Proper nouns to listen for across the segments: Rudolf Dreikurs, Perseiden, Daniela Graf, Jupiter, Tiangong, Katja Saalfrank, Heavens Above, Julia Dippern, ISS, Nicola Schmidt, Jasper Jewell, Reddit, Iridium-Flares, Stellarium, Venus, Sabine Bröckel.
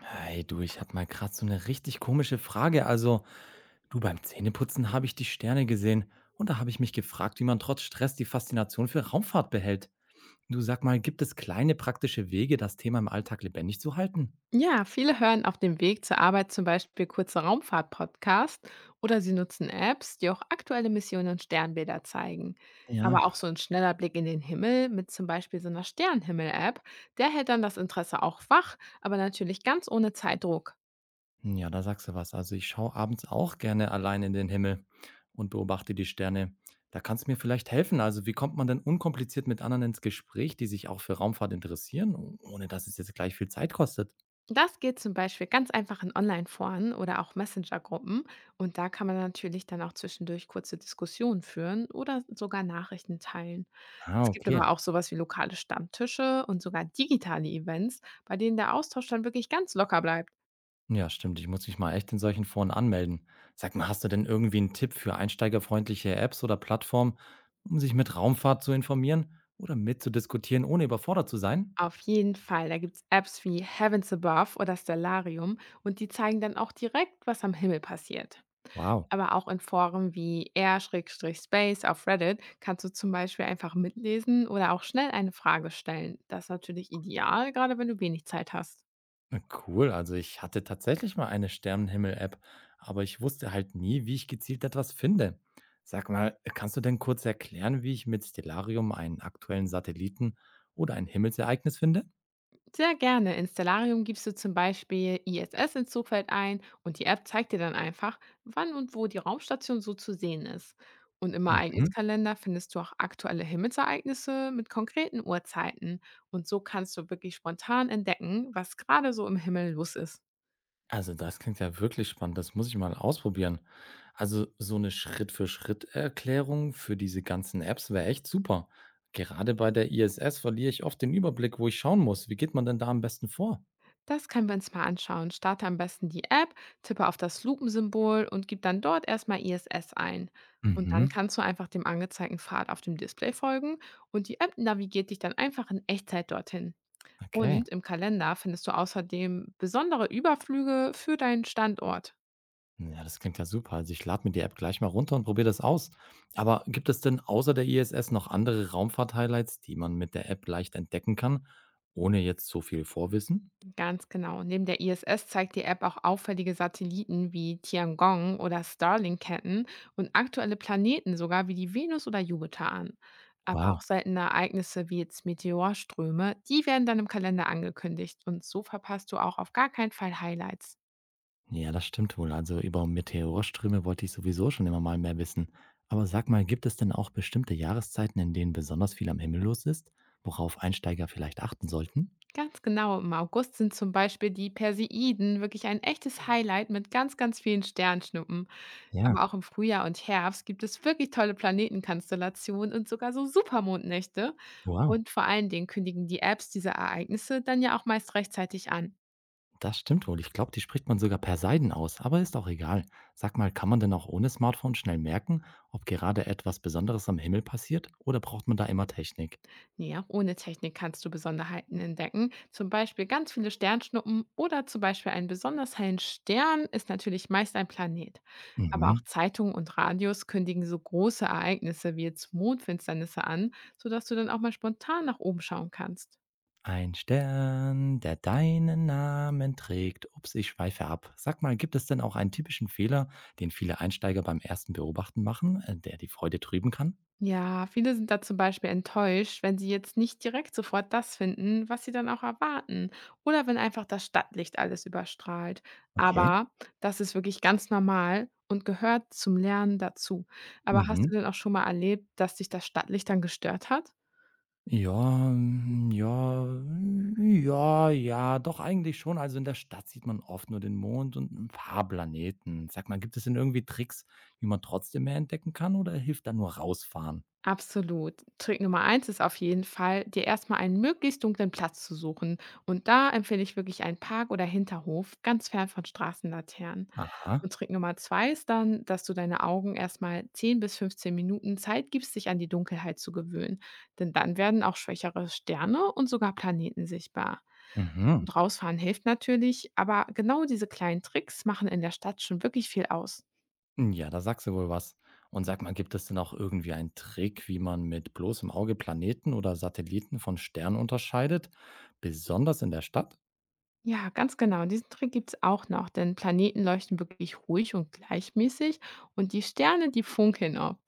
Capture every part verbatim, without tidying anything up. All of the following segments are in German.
Hey du, ich hatte mal grad so eine richtig komische Frage. Also, du, beim Zähneputzen habe ich die Sterne gesehen und da habe ich mich gefragt, wie man trotz Stress die Faszination für Raumfahrt behält. Du, sag mal, gibt es kleine praktische Wege, das Thema im Alltag lebendig zu halten? Ja, viele hören auf dem Weg zur Arbeit zum Beispiel kurze Raumfahrt-Podcasts oder sie nutzen Apps, die auch aktuelle Missionen und Sternbilder zeigen. Ja. Aber auch so ein schneller Blick in den Himmel mit zum Beispiel so einer Sternhimmel-App, der hält dann das Interesse auch wach, aber natürlich ganz ohne Zeitdruck. Ja, da sagst du was. Also, ich schaue abends auch gerne allein in den Himmel und beobachte die Sterne. Da kannst du mir vielleicht helfen. Also, wie kommt man denn unkompliziert mit anderen ins Gespräch, die sich auch für Raumfahrt interessieren, ohne dass es jetzt gleich viel Zeit kostet? Das geht zum Beispiel ganz einfach in Online-Foren oder auch Messenger-Gruppen. Und da kann man natürlich dann auch zwischendurch kurze Diskussionen führen oder sogar Nachrichten teilen. Ah, Es gibt aber okay. auch sowas wie lokale Stammtische und sogar digitale Events, bei denen der Austausch dann wirklich ganz locker bleibt. Ja, stimmt. Ich muss mich mal echt in solchen Foren anmelden. Sag mal, hast du denn irgendwie einen Tipp für einsteigerfreundliche Apps oder Plattformen, um sich mit Raumfahrt zu informieren oder mitzudiskutieren, ohne überfordert zu sein? Auf jeden Fall, da gibt es Apps wie Heavens Above oder Stellarium und die zeigen dann auch direkt, was am Himmel passiert. Wow, Aber auch in Foren wie r/space auf Reddit kannst du zum Beispiel einfach mitlesen oder auch schnell eine Frage stellen. Das ist natürlich ideal, gerade wenn du wenig Zeit hast. na cool. Also ich hatte tatsächlich mal eine Sternenhimmel-App, aber ich wusste halt nie, wie ich gezielt etwas finde. Sag mal, kannst du denn kurz erklären, wie ich mit Stellarium einen aktuellen Satelliten oder ein Himmelsereignis finde? Sehr gerne. In Stellarium gibst du zum Beispiel I S S ins Suchfeld ein und die App zeigt dir dann einfach, wann und wo die Raumstation so zu sehen ist. Und im Mhm. Ereigniskalender findest du auch aktuelle Himmelsereignisse mit konkreten Uhrzeiten. Und so kannst du wirklich spontan entdecken, was gerade so im Himmel los ist. Also, das klingt ja wirklich spannend. Das muss ich mal ausprobieren. Also, so eine Schritt-für-Schritt-Erklärung für diese ganzen Apps wäre echt super. Gerade bei der I S S verliere ich oft den Überblick, wo ich schauen muss. Wie geht man denn da am besten vor? Das können wir uns mal anschauen. Starte am besten die App, tippe auf das Lupensymbol und gib dann dort erstmal I S S ein. Und dann Mhm, kannst du einfach dem angezeigten Pfad auf dem Display folgen und die App navigiert dich dann einfach in Echtzeit dorthin. okay. Und im Kalender findest du außerdem besondere Überflüge für deinen Standort. Ja, das klingt ja super. Also, ich lade mir die App gleich mal runter und probiere das aus. Aber gibt es denn außer der I S S noch andere Raumfahrt-Highlights, die man mit der App leicht entdecken kann, ohne jetzt so viel Vorwissen? Ganz genau. Neben der I S S zeigt die App auch auffällige Satelliten wie Tiangong oder Starlink-Ketten und aktuelle Planeten sogar wie die Venus oder Jupiter an. Aber auch Wow. seltene Ereignisse wie jetzt Meteorströme, die werden dann im Kalender angekündigt und so verpasst du auch auf gar keinen Fall Highlights. Ja, das stimmt wohl. Also über Meteorströme wollte ich sowieso schon immer mal mehr wissen. Aber sag mal, gibt es denn auch bestimmte Jahreszeiten, in denen besonders viel am Himmel los ist, worauf Einsteiger vielleicht achten sollten? Ganz genau, im August sind zum Beispiel die Perseiden wirklich ein echtes Highlight mit ganz, ganz vielen Sternschnuppen. Aber Ja, auch im Frühjahr und Herbst gibt es wirklich tolle Planetenkonstellationen und sogar so Supermondnächte. wow. Und vor allen Dingen kündigen die Apps diese Ereignisse dann ja auch meist rechtzeitig an. Das stimmt wohl. Ich glaube, die spricht man sogar per Seiden aus, aber ist auch egal. Sag mal, kann man denn auch ohne Smartphone schnell merken, ob gerade etwas Besonderes am Himmel passiert oder braucht man da immer Technik? Nee, auch ohne Technik kannst du Besonderheiten entdecken. Zum Beispiel ganz viele Sternschnuppen oder zum Beispiel einen besonders hellen Stern ist natürlich meist ein Planet. Aber auch Mhm. Zeitungen und Radios kündigen so große Ereignisse wie jetzt Mondfinsternisse an, sodass du dann auch mal spontan nach oben schauen kannst. Ein Stern, der deinen Namen trägt. Ups, ich schweife ab. Sag mal, gibt es denn auch einen typischen Fehler, den viele Einsteiger beim ersten Beobachten machen, äh, der die Freude trüben kann? Ja, viele sind da zum Beispiel enttäuscht, wenn sie jetzt nicht direkt sofort das finden, was sie dann auch erwarten. Oder wenn einfach das Stadtlicht alles überstrahlt. Okay. Aber das ist wirklich ganz normal und gehört zum Lernen dazu. Aber hast Mhm. du denn auch schon mal erlebt, dass dich das Stadtlicht dann gestört hat? Ja, mm, ja, mm, ja, ja, doch eigentlich schon. Also in der Stadt sieht man oft nur den Mond und ein paar Planeten. Sag mal, gibt es denn irgendwie Tricks, wie man trotzdem mehr entdecken kann oder hilft da nur rausfahren? Absolut. Trick Nummer eins ist auf jeden Fall, dir erstmal einen möglichst dunklen Platz zu suchen. Und da empfehle ich wirklich einen Park oder Hinterhof, ganz fern von Straßenlaternen. Aha. Und Trick Nummer zwei ist dann, dass du deine Augen erstmal zehn bis fünfzehn Minuten Zeit gibst, sich an die Dunkelheit zu gewöhnen. Denn dann werden auch schwächere Sterne und sogar Planeten sichtbar. Mhm. Und rausfahren hilft natürlich, aber genau diese kleinen Tricks machen in der Stadt schon wirklich viel aus. Hm, ja, da sagst du wohl was. Und sag mal, gibt es denn auch irgendwie einen Trick, wie man mit bloßem Auge Planeten oder Satelliten von Sternen unterscheidet, besonders in der Stadt? Ja, ganz genau. Und diesen Trick gibt's auch noch, denn Planeten leuchten wirklich ruhig und gleichmäßig und die Sterne, die funkeln oft.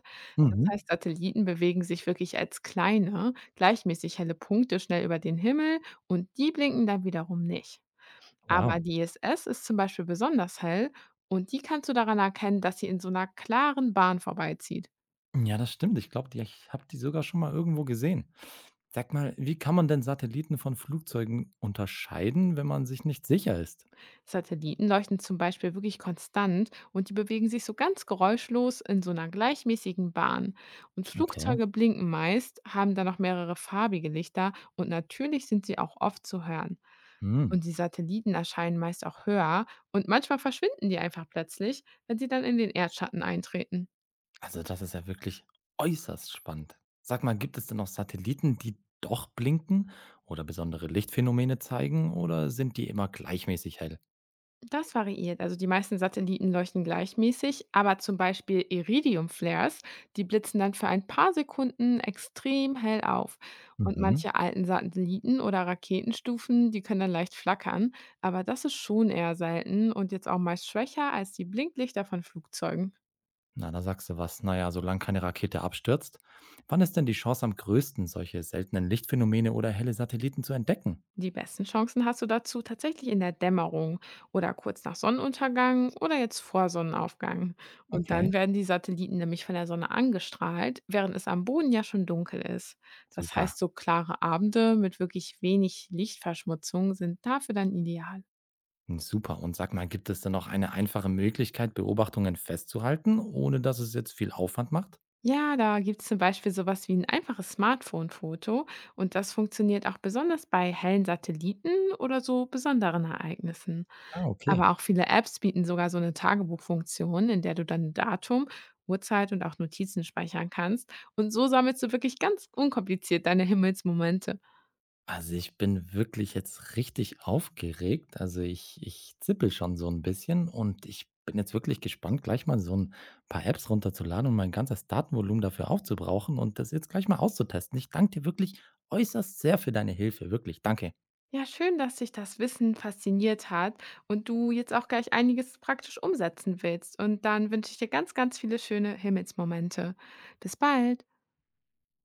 Das Mhm. heißt, Satelliten bewegen sich wirklich als kleine, gleichmäßig helle Punkte schnell über den Himmel und die blinken dann wiederum nicht. Aber Wow. die I S S ist zum Beispiel besonders hell und die kannst du daran erkennen, dass sie in so einer klaren Bahn vorbeizieht. Ja, das stimmt. Ich glaube, ich habe die sogar schon mal irgendwo gesehen. Sag mal, wie kann man denn Satelliten von Flugzeugen unterscheiden, wenn man sich nicht sicher ist? Satelliten leuchten zum Beispiel wirklich konstant und die bewegen sich so ganz geräuschlos in so einer gleichmäßigen Bahn. Und Okay. Flugzeuge blinken meist, haben dann noch mehrere farbige Lichter und natürlich sind sie auch oft zu hören. Hm. Und die Satelliten erscheinen meist auch höher und manchmal verschwinden die einfach plötzlich, wenn sie dann in den Erdschatten eintreten. Also, das ist ja wirklich äußerst spannend. Sag mal, gibt es denn noch Satelliten, die doch blinken oder besondere Lichtphänomene zeigen oder sind die immer gleichmäßig hell? Das variiert. Also die meisten Satelliten leuchten gleichmäßig, aber zum Beispiel Iridium-Flares, die blitzen dann für ein paar Sekunden extrem hell auf. Und Mhm. manche alten Satelliten oder Raketenstufen, die können dann leicht flackern, aber das ist schon eher selten und jetzt auch meist schwächer als die Blinklichter von Flugzeugen. Na, da sagst du was. Naja, solange keine Rakete abstürzt. Wann ist denn die Chance am größten, solche seltenen Lichtphänomene oder helle Satelliten zu entdecken? Die besten Chancen hast du dazu tatsächlich in der Dämmerung oder kurz nach Sonnenuntergang oder jetzt vor Sonnenaufgang. Und Okay. dann werden die Satelliten nämlich von der Sonne angestrahlt, während es am Boden ja schon dunkel ist. Das Super. heißt, so klare Abende mit wirklich wenig Lichtverschmutzung sind dafür dann ideal. Super. Und sag mal, gibt es denn noch eine einfache Möglichkeit, Beobachtungen festzuhalten, ohne dass es jetzt viel Aufwand macht? Ja, da gibt es zum Beispiel sowas wie ein einfaches Smartphone-Foto und das funktioniert auch besonders bei hellen Satelliten oder so besonderen Ereignissen. Ah, okay. Aber auch viele Apps bieten sogar so eine Tagebuchfunktion, in der du dann Datum, Uhrzeit und auch Notizen speichern kannst. Und so sammelst du wirklich ganz unkompliziert deine Himmelsmomente. Also, ich bin wirklich jetzt richtig aufgeregt. Also, ich ich zippel schon so ein bisschen und ich bin jetzt wirklich gespannt, gleich mal so ein paar Apps runterzuladen und mein ganzes Datenvolumen dafür aufzubrauchen und das jetzt gleich mal auszutesten. Ich danke dir wirklich äußerst sehr für deine Hilfe. Wirklich, danke. Ja, schön, dass dich das Wissen fasziniert hat und du jetzt auch gleich einiges praktisch umsetzen willst. Und dann wünsche ich dir ganz, ganz viele schöne Himmelsmomente. Bis bald.